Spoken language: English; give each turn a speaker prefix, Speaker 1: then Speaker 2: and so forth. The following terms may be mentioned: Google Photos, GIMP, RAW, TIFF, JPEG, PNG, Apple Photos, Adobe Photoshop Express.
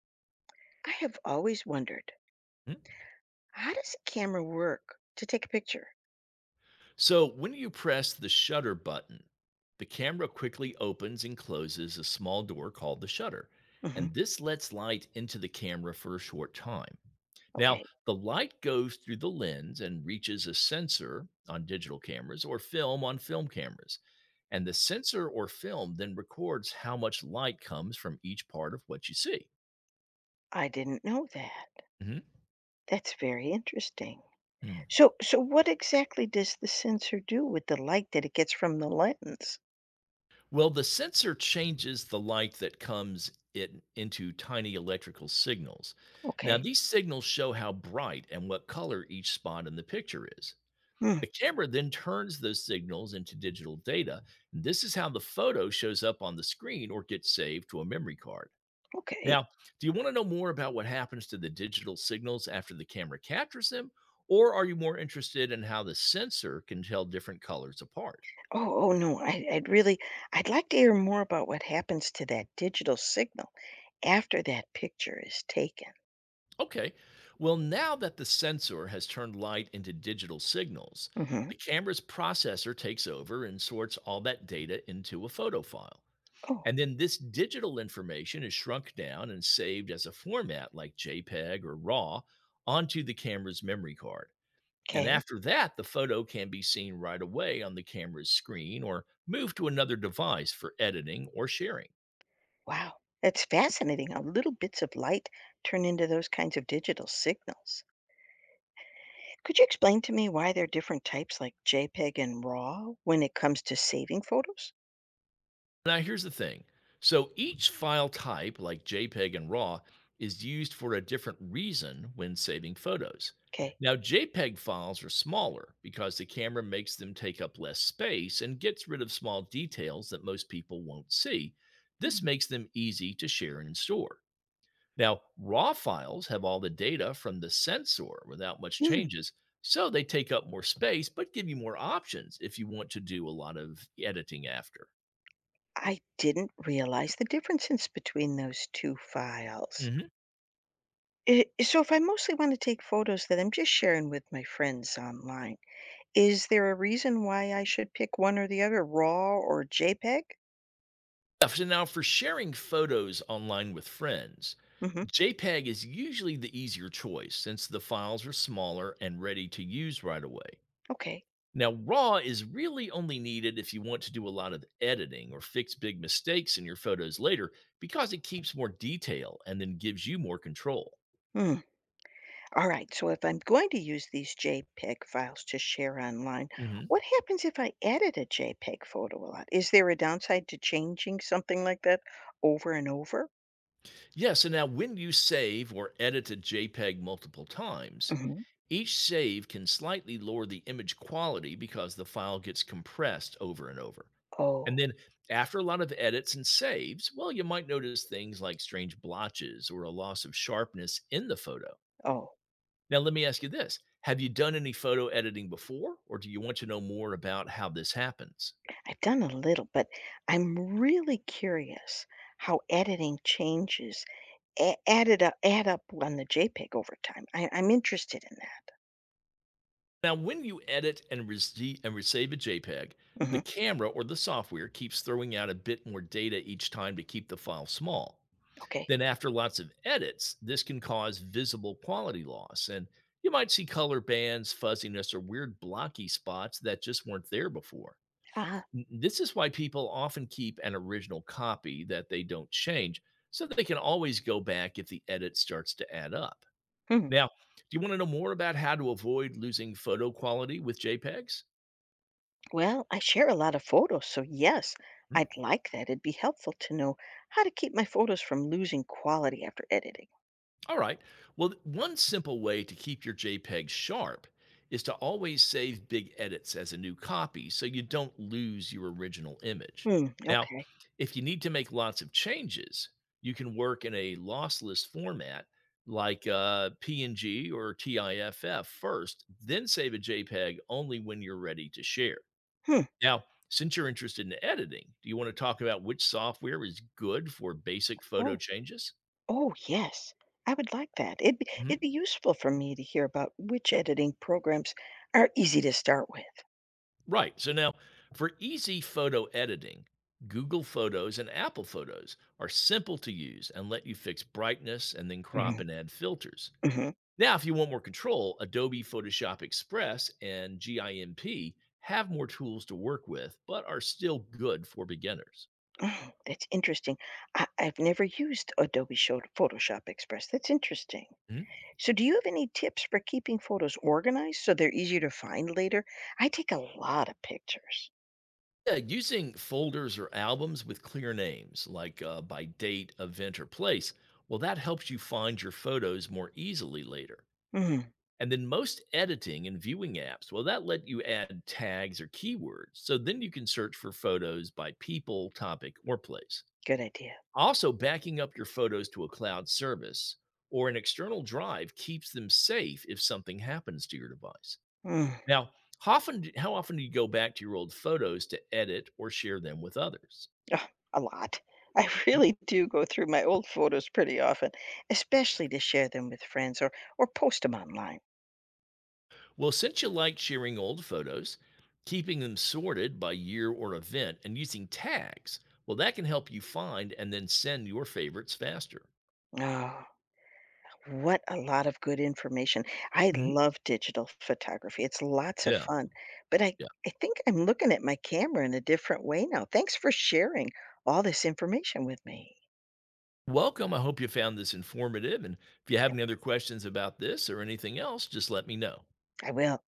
Speaker 1: I have always wondered,
Speaker 2: Hmm?
Speaker 1: how does a camera work to take a picture?
Speaker 2: So, when you press the shutter button, the camera quickly opens and closes a small door called the shutter,
Speaker 1: Hmm.
Speaker 2: and this lets light into the camera for a short time. Now,
Speaker 1: Okay.
Speaker 2: the light goes through the lens and reaches a sensor on digital cameras or film on film cameras. And the sensor or film then records how much light comes from each part of what you see.
Speaker 1: I didn't know that.
Speaker 2: Mhm.
Speaker 1: That's very interesting. So what exactly does the sensor do with the light that it gets from the lens?
Speaker 2: Well, the sensor changes the light that comes in, into tiny electrical signals. Now,
Speaker 1: Okay.
Speaker 2: these signals show how bright and what color each spot in the picture is.
Speaker 1: Hmm.
Speaker 2: The camera then turns those signals into digital data, and this is how the photo shows up on the screen or gets saved to a memory card.
Speaker 1: Okay.
Speaker 2: Now, do you want to know more about what happens to the digital signals after the camera captures them, or are you more interested in how the sensor can tell different colors apart?
Speaker 1: Oh no. I'd really, I'd like to hear more about what happens to that digital signal after that picture is taken.
Speaker 2: Okay. Well, now that the sensor has turned light into digital signals,
Speaker 1: Hmm.
Speaker 2: the camera's processor takes over and sorts all that data into a photo file.
Speaker 1: Oh,
Speaker 2: And then this digital information is shrunk down and saved as a format like JPEG or RAW onto the camera's memory card. And
Speaker 1: okay.
Speaker 2: after that, the photo can be seen right away on the camera's screen or moved to another device for editing or sharing.
Speaker 1: Wow. That's fascinating how little bits of light turn into those kinds of digital signals. Could you explain to me why there are different types like JPEG and RAW when it comes to saving photos?
Speaker 2: Now, here's the thing. So each file type, like JPEG and RAW, is used for a different reason when saving photos.
Speaker 1: Okay.
Speaker 2: Now, JPEG files are smaller because the camera makes them take up less space and gets rid of small details that most people won't see. This
Speaker 1: Mm.
Speaker 2: makes them easy to share and store. Now, RAW files have all the data from the sensor without much
Speaker 1: Hmm,
Speaker 2: changes, so they take up more space but give you more options if you want to do a lot of editing after.
Speaker 1: I didn't realize the differences between those two files.
Speaker 2: Mhm.
Speaker 1: So, if I mostly want to take photos that I'm just sharing with my friends online, is there a reason why I should pick one or the other, RAW or JPEG?
Speaker 2: Now for sharing photos online with friends,
Speaker 1: Hmm.
Speaker 2: JPEG is usually the easier choice since the files are smaller and ready to use right away.
Speaker 1: Okay.
Speaker 2: Now, RAW is really only needed if you want to do a lot of editing or fix big mistakes in your photos later because it keeps more detail and then gives you more control.
Speaker 1: Hmm. All right, so if I'm going to use these JPEG files to share online,
Speaker 2: Hmm.
Speaker 1: what happens if I edit a JPEG photo a lot? Is there a downside to changing something like that over and over?
Speaker 2: Yeah, so now when you save or edit a JPEG multiple times,
Speaker 1: Hmm.
Speaker 2: each save can slightly lower the image quality because the file gets compressed over and over. And
Speaker 1: Oh,
Speaker 2: then after a lot of edits and saves, well, you might notice things like strange blotches or a loss of sharpness in the photo.
Speaker 1: oh,
Speaker 2: Now, let me ask you this. Have you done any photo editing before, or do you want to know more about how this happens?
Speaker 1: I've done a little, but I'm really curious how editing changes add up on the JPEG over time. I'm interested in that.
Speaker 2: Now, when you edit and, rece- and receive a JPEG, the
Speaker 1: Hmm.
Speaker 2: camera or the software keeps throwing out a bit more data each time to keep the file small.
Speaker 1: Okay.
Speaker 2: Then after lots of edits, this can cause visible quality loss. And you might see color bands, fuzziness, or weird blocky spots that just weren't there before.
Speaker 1: Ah.
Speaker 2: This is why people often keep an original copy that they don't change so they can always go back if the edit starts to add up.
Speaker 1: Hmm.
Speaker 2: Now, do you want to know more about how to avoid losing photo quality with JPEGs?
Speaker 1: Well, I share a lot of photos, so yes,
Speaker 2: Hmm?
Speaker 1: I'd like that. It'd be helpful to know how to keep my photos from losing quality after editing.
Speaker 2: All right. Well, one simple way to keep your JPEG sharp is to always save big edits as a new copy so you don't lose your original image.
Speaker 1: Hmm,
Speaker 2: Now,
Speaker 1: okay.
Speaker 2: if you need to make lots of changes, you can work in a lossless format like PNG or TIFF first, then save a JPEG only when you're ready to share.
Speaker 1: Hmm.
Speaker 2: Now, since you're interested in editing, do you want to talk about which software is good for basic photo
Speaker 1: Oh,
Speaker 2: changes?
Speaker 1: oh yes. I would like that. It'd be useful for me to hear about which editing programs are easy to start with.
Speaker 2: Right. So now for easy photo editing, Google Photos and Apple Photos are simple to use and let you fix brightness and then crop
Speaker 1: Hmm.
Speaker 2: and add filters.
Speaker 1: Hmm.
Speaker 2: Now, if you want more control, Adobe Photoshop Express and GIMP have more tools to work with, but are still good for beginners.
Speaker 1: Oh, that's interesting. I've never used Photoshop Express. That's interesting.
Speaker 2: Hmm?
Speaker 1: So, do you have any tips for keeping photos organized so they're easier to find later? I take a lot of pictures.
Speaker 2: Yeah, using folders or albums with clear names, like by date, event, or place, well, that helps you find your photos more easily later.
Speaker 1: Mm,
Speaker 2: And then most editing and viewing apps, well, that let you add tags or keywords. So then you can search for photos by people, topic, or place.
Speaker 1: good idea.
Speaker 2: Also, backing up your photos to a cloud service or an external drive keeps them safe if something happens to your device.
Speaker 1: Mm.
Speaker 2: Now, how often do you go back to your old photos to edit or share them with others?
Speaker 1: Oh, a lot. I really do go through my old photos pretty often, especially to share them with friends or post them online.
Speaker 2: Well, since you like sharing old photos, keeping them sorted by year or event and using tags, well, that can help you find and then send your favorites faster.
Speaker 1: Oh, what a lot of good information. I
Speaker 2: Mhm.
Speaker 1: love digital photography. It's lots of
Speaker 2: Yeah.
Speaker 1: fun. But
Speaker 2: Yeah.
Speaker 1: I think I'm looking at my camera in a different way now. Thanks for sharing all this information with me.
Speaker 2: Welcome. I hope you found this informative. And if you have
Speaker 1: I
Speaker 2: any other questions about this or anything else, just let me know.
Speaker 1: I will.